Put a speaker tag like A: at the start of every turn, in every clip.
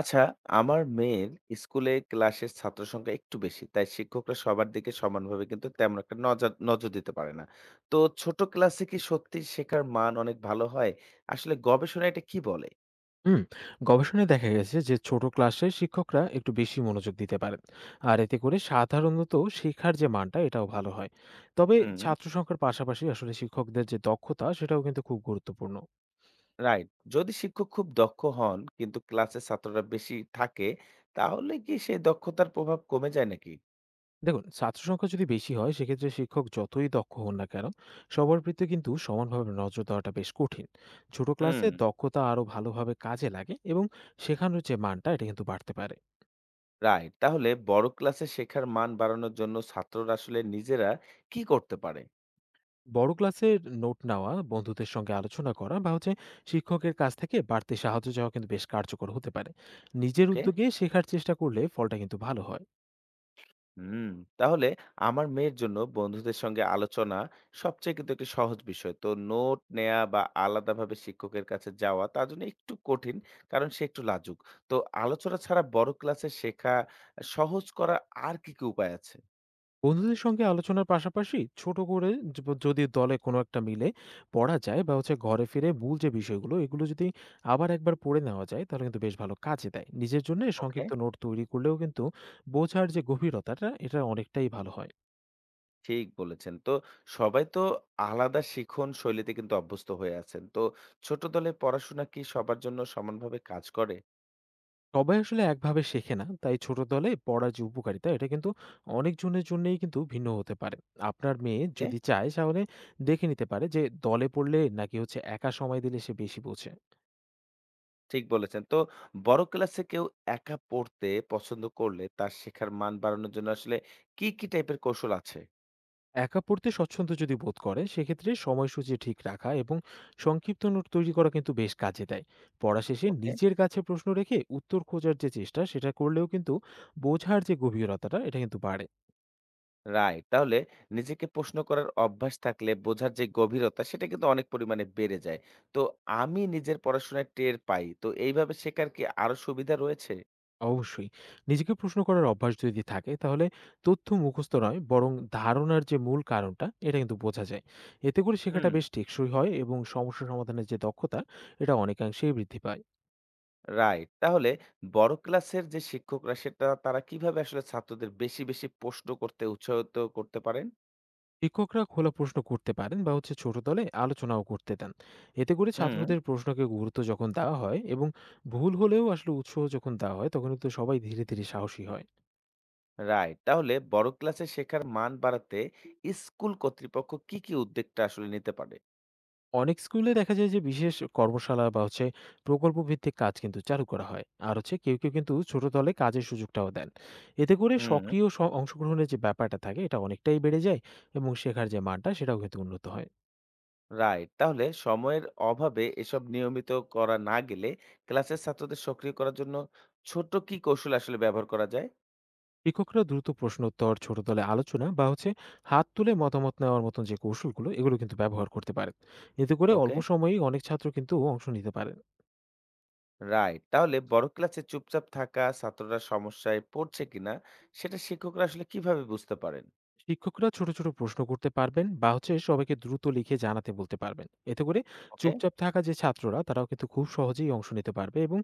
A: আচ্ছা, আমার মেয়ের স্কুলে ক্লাসের ছাত্র সংখ্যা একটু বেশি, তাই শিক্ষকরা সবার দিকে সমানভাবে কিন্তু তেমন একটা নজর নজর দিতে পারে না। তো ছোট ক্লাসে কি সত্যি শেখার মান অনেক ভালো হয়? আসলে গবেষণা এটা কি বলে?
B: হুম, গবেষণায় দেখা গেছে যে ছোট ক্লাসে শিক্ষকরা একটু বেশি মনোযোগ দিতে পারেন। আর এতে করে সাধারণত শেখার যে মানটা এটাও ভালো হয়। তবে
A: হুম।
B: ছাত্র সংখ্যার পাশাপাশি আসলে শিক্ষকদের যে দক্ষতা সেটাও কিন্তু খুব গুরুত্বপূর্ণ।
A: রাইট। যদি শিক্ষক খুব দক্ষ হন কিন্তু ক্লাসে ছাত্ররা বেশি থাকে, তাহলে কি সেই দক্ষতার প্রভাব কমে যায় নাকি?
B: দেখুন, ছাত্র সংখ্যা যদি বেশি হয় সেক্ষেত্রে শিক্ষক যতই দক্ষ হন না কেন সবার প্রতি কিন্তু সমানভাবে নজর দেওয়াটা বেশ কঠিন। ছোট ক্লাসে
A: হুম।
B: দক্ষতা আরো ভালোভাবে কাজে লাগে এবং শেখানোর যে মানটা এটা কিন্তু বাড়তে পারে।
A: রাইট। তাহলে বড় ক্লাসে শেখার মান বাড়ানোর জন্য ছাত্ররা আসলে নিজেরা কি করতে পারে?
B: বড় ক্লাসের নোট নেওয়া, বন্ধুদের সঙ্গে আলোচনা করা বা হচ্ছে শিক্ষকের কাছ থেকে বাড়তি সাহায্য চাওয়া কিন্তু বেশ কার্যকর হতে পারে। নিজের
A: ওকে।
B: উদ্যোগে শেখার চেষ্টা করলে ফলটা কিন্তু ভালো হয়।
A: হুম। তাহলে আমার মেয়ের জন্য বন্ধুদের সঙ্গে আলোচনা সবচেয়ে কিন্তু একটি সহজ বিষয়, তো নোট নেয়া বা আলাদাভাবে শিক্ষকের কাছে যাওয়া তার জন্য একটু কঠিন, কারণ সে একটু লাজুক। তো আলোচনা ছাড়া বড় ক্লাসে শেখা সহজ করার আর কি কি উপায় আছে?
B: বন্ধুদের সঙ্গে আলোচনার পাশাপাশি ছোট করে যদি দলে কোনো একটা মিলে পড়া যায় বা হচ্ছে ঘরে ফিরে মূল যে বিষয়গুলো এগুলো যদি আবার একবার পড়ে নেওয়া যায় তাহলে কিন্তু বেশ ভালো কাজে দেয়। নিজের জন্য
A: ওকে।
B: সংক্ষিপ্ত নোট তৈরি করলেও কিন্তু বোঝার যে গভীরতাটা এটা অনেকটাই ভালো হয়।
A: ঠিক বলেছেন, তো সবাই তো আলাদা শিখন শৈলীতে কিন্তু অভ্যস্ত হয়ে আছেন, তো ছোট দলে পড়াশোনা কি সবার জন্য সমানভাবে কাজ করে?
B: সবাই আসলে একভাবে শেখে না। তাই ছোট দলে পড়ার যে উপকারিতা এটা কিন্তু অনেকজনের জন্যেই কিন্তু ভিন্ন হতে পারে। আপনার মেয়ে
A: ওকে।
B: যদি চায় তাহলে দেখে নিতে পারে যে দলে পড়লে নাকি হচ্ছে একা সময় দিলে সে বেশি বোঝে।
A: ঠিক বলেছেন। তো বড় ক্লাসে কেউ একা পড়তে পছন্দ করলে তার শেখার মান বাড়ানোর জন্য আসলে কি টাইপের কৌশল আছে?
B: একা পড়তে স্বচ্ছন্দ যদি বোধ করে সেক্ষেত্রে সময়সূচি ঠিক রাখা এবং সংক্ষিপ্ত নোট তৈরি করা কিন্তু বেশ কাজে দেয়। পড়া শেষে
A: ওকে,
B: নিজের কাছে প্রশ্ন রেখে উত্তর খোঁজার যে চেষ্টা সেটা করলেও কিন্তু বোঝার যে গভীরতাটা এটা কিন্তু বাড়ে।
A: রাইট। তাহলে নিজেকে প্রশ্ন করার অভ্যাস থাকলে বোঝার যে গভীরতা সেটা কিন্তু অনেক পরিমাণে বেড়ে যায়। তো আমি নিজের পড়াশোনায় টের পাই। তো এইভাবে শেখার কি আরো সুবিধা রয়েছে?
B: অবশ্যই। নিজেকে প্রশ্ন করার অভ্যাস যদি থাকে তাহলে তথ্য মুখস্থ নয় বরং ধারণার যে মূল কারণটা এটা কিন্তু বোঝা যায়। এতে করে শেখাটা
A: হুম।
B: বেশ টেকসই হয় এবং সমস্যা সমাধানের যে দক্ষতা এটা অনেকাংশেই বৃদ্ধি পায়।
A: রাইট। তাহলে বড় ক্লাসের যে শিক্ষকরা সেটা তারা কিভাবে আসলে ছাত্রদের বেশি প্রশ্ন করতে উৎসাহিত করতে পারেন?
B: শিক্ষকরা খোলা প্রশ্ন করতে পারেন বা হচ্ছে ছোট দলে আলোচনাও করতে দেন। এতে করে
A: হুম।
B: ছাত্রদের প্রশ্নকে গুরুত্ব যখন দেওয়া হয় এবং ভুল হলেও আসলে উৎসাহ যখন দেওয়া হয় তখন কিন্তু সবাই ধীরে, ধীরে সাহসী হয়।
A: রাইট। তাহলে বড় ক্লাসে শেখার মান বাড়াতে স্কুল কর্তৃপক্ষ কি উদ্যোগটা আসলে নিতে পারে?
B: অনেক স্কুলে দেখা যায় যে বিশেষ কর্মশালা বা হচ্ছে প্রকল্প ভিত্তিক কাজ কিন্তু চালু করা হয়, আর হচ্ছে কেউ কেউ কিন্তু ছোট দলে কাজের সুযোগটাও দেন। এতে করে
A: হুম।
B: সক্রিয় অংশগ্রহণের যে ব্যাপারটা থাকে এটা অনেকটাই বেড়ে যায় এবং শেখার যে মানটা সেটাও কিন্তু উন্নত হয়।
A: রাইট। তাহলে সময়ের অভাবে এসব নিয়মিত করা না গেলে ক্লাসের ছাত্রদের সক্রিয় করার জন্য ছোট কি কৌশল আসলে ব্যবহার করা যায়?
B: শিক্ষকরা দ্রুত প্রশ্ন উত্তর, ছোট দলে আলোচনা বা হচ্ছে হাত তুলে মতামত নেওয়ার মতন যে কৌশলগুলো এগুলো কিন্তু ব্যবহার করতে পারেন। এতে করে
A: ওকে।
B: অল্প সময়েই অনেক ছাত্র কিন্তু অংশ নিতে পারেন।
A: রাইট। তাহলে বড় ক্লাসে চুপচাপ থাকা ছাত্ররা সমস্যায় পড়ছে কিনা সেটা শিক্ষকরা আসলে কিভাবে বুঝতে পারেন?
B: শিক্ষকরা ছোট ছোট প্রশ্ন করতে পারবেন বা হচ্ছে সবাইকে দ্রুত লিখে জানাতে বলতে পারবেন। এতে করে
A: ওকে।
B: চুপচাপ থাকা যে ছাত্ররা তারাও কিন্তু খুব সহজেই অংশ নিতে পারবে এবং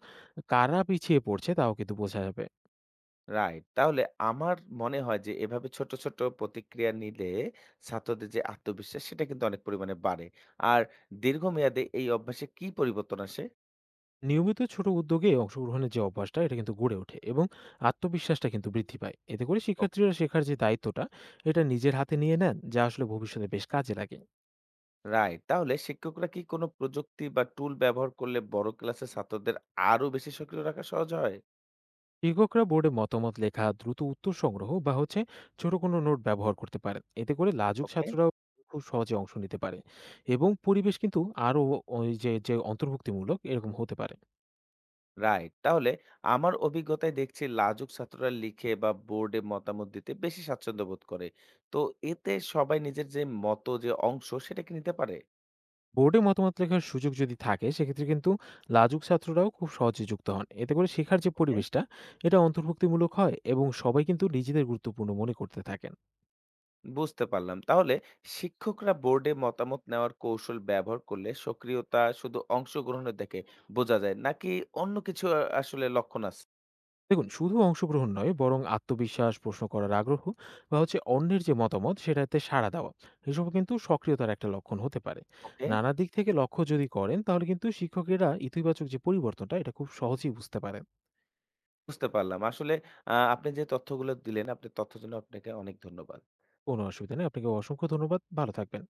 B: কারা পিছিয়ে পড়ছে তাও কিন্তু বোঝা যাবে।
A: রাইট। তাহলে আমার মনে হয় যে এভাবে ছোট প্রতিক্রিয়া নিলে ছাত্রদের যে আত্মবিশ্বাস সেটা কিন্তু অনেক পরিমাণে বাড়ে। আর দীর্ঘমেয়াদে এই অভ্যাসে কি পরিবর্তন আসে?
B: নিয়মিত ছোট উদ্যোগে অংশগ্রহণের যে অভ্যাসটা এটা কিন্তু গড়ে ওঠে এবং আত্মবিশ্বাসটা কিন্তু বৃদ্ধি পায়। এতে করে
A: ওকে।
B: শিক্ষার্থীরা শেখার যে দায়িত্বটা এটা নিজের হাতে নিয়ে নেন যা আসলে ভবিষ্যতে বেশ কাজে লাগে।
A: রাইট। তাহলে শিক্ষকরা কি কোনো প্রযুক্তি বা টুল ব্যবহার করলে বড় ক্লাসের ছাত্রদের আরো বেশি সক্রিয় রাখা সহজ হয়?
B: শিক্ষকরা বোর্ডে মতামত লেখা, দ্রুত উত্তর সংগ্রহ বা হচ্ছে ছোট কোনো নোট ব্যবহার করতে পারেন। এতে করে লাজুক
A: ওকে।
B: ছাত্ররাও খুব সহজে অংশ নিতে পারে এবং পরিবেশ কিন্তু আরো ওই যে যে অন্তর্ভুক্তিমূলক এরকম হতে পারে।
A: রাইট। তাহলে আমার অভিজ্ঞতায় দেখছি লাজুক ছাত্ররা লিখে বা বোর্ডে মতামত দিতে বেশি স্বাচ্ছন্দ্য বোধ করে। তো এতে সবাই নিজের যে মত যে অংশ সেটা কি নিতে পারে?
B: বোর্ডে মতামত লেখার সুযোগ যদি থাকে সেক্ষেত্রে কিন্তু লাজুক ছাত্ররাও খুব সহজে যুক্ত হন। এতে করে শেখার যে
A: ওকে।
B: পরিবেশটা এটা অন্তর্ভুক্তিমূলক হয় এবং সবাই কিন্তু নিজেদের গুরুত্বপূর্ণ মনে করতে থাকে।
A: বুঝতে পারলাম। তাহলে শিক্ষকরা বোর্ডে মতামত নেওয়ার কৌশল ব্যবহার করলে সক্রিয়তা শুধু অংশগ্রহণের থেকে বোঝা যায় নাকি অন্য কিছু আসলে লক্ষণ আছে?
B: দেখুন, শুধু অংশগ্রহণ নয় বরং আত্মবিশ্বাস, প্রশ্ন করার আগ্রহ বা হচ্ছে অন্যের যে মতামত সেটাতে সাড়া দেওয়া এসব কিন্তু সক্রিয়তার একটা লক্ষণ হতে পারে।
A: ওকে,
B: নানা দিক থেকে লক্ষ্য যদি করেন তাহলে কিন্তু শিক্ষকেরা ইতিবাচক যে পরিবর্তনটা এটা খুব সহজেই বুঝতে পারেন।
A: বুঝতে পারলাম। আসলে আপনি যে তথ্যগুলো দিলেন, আপনার তথ্যের জন্য আপনাকে অনেক ধন্যবাদ।
B: কোনো অসুবিধা নেই। আপনাকে অসংখ্য ধন্যবাদ। ভালো থাকবেন।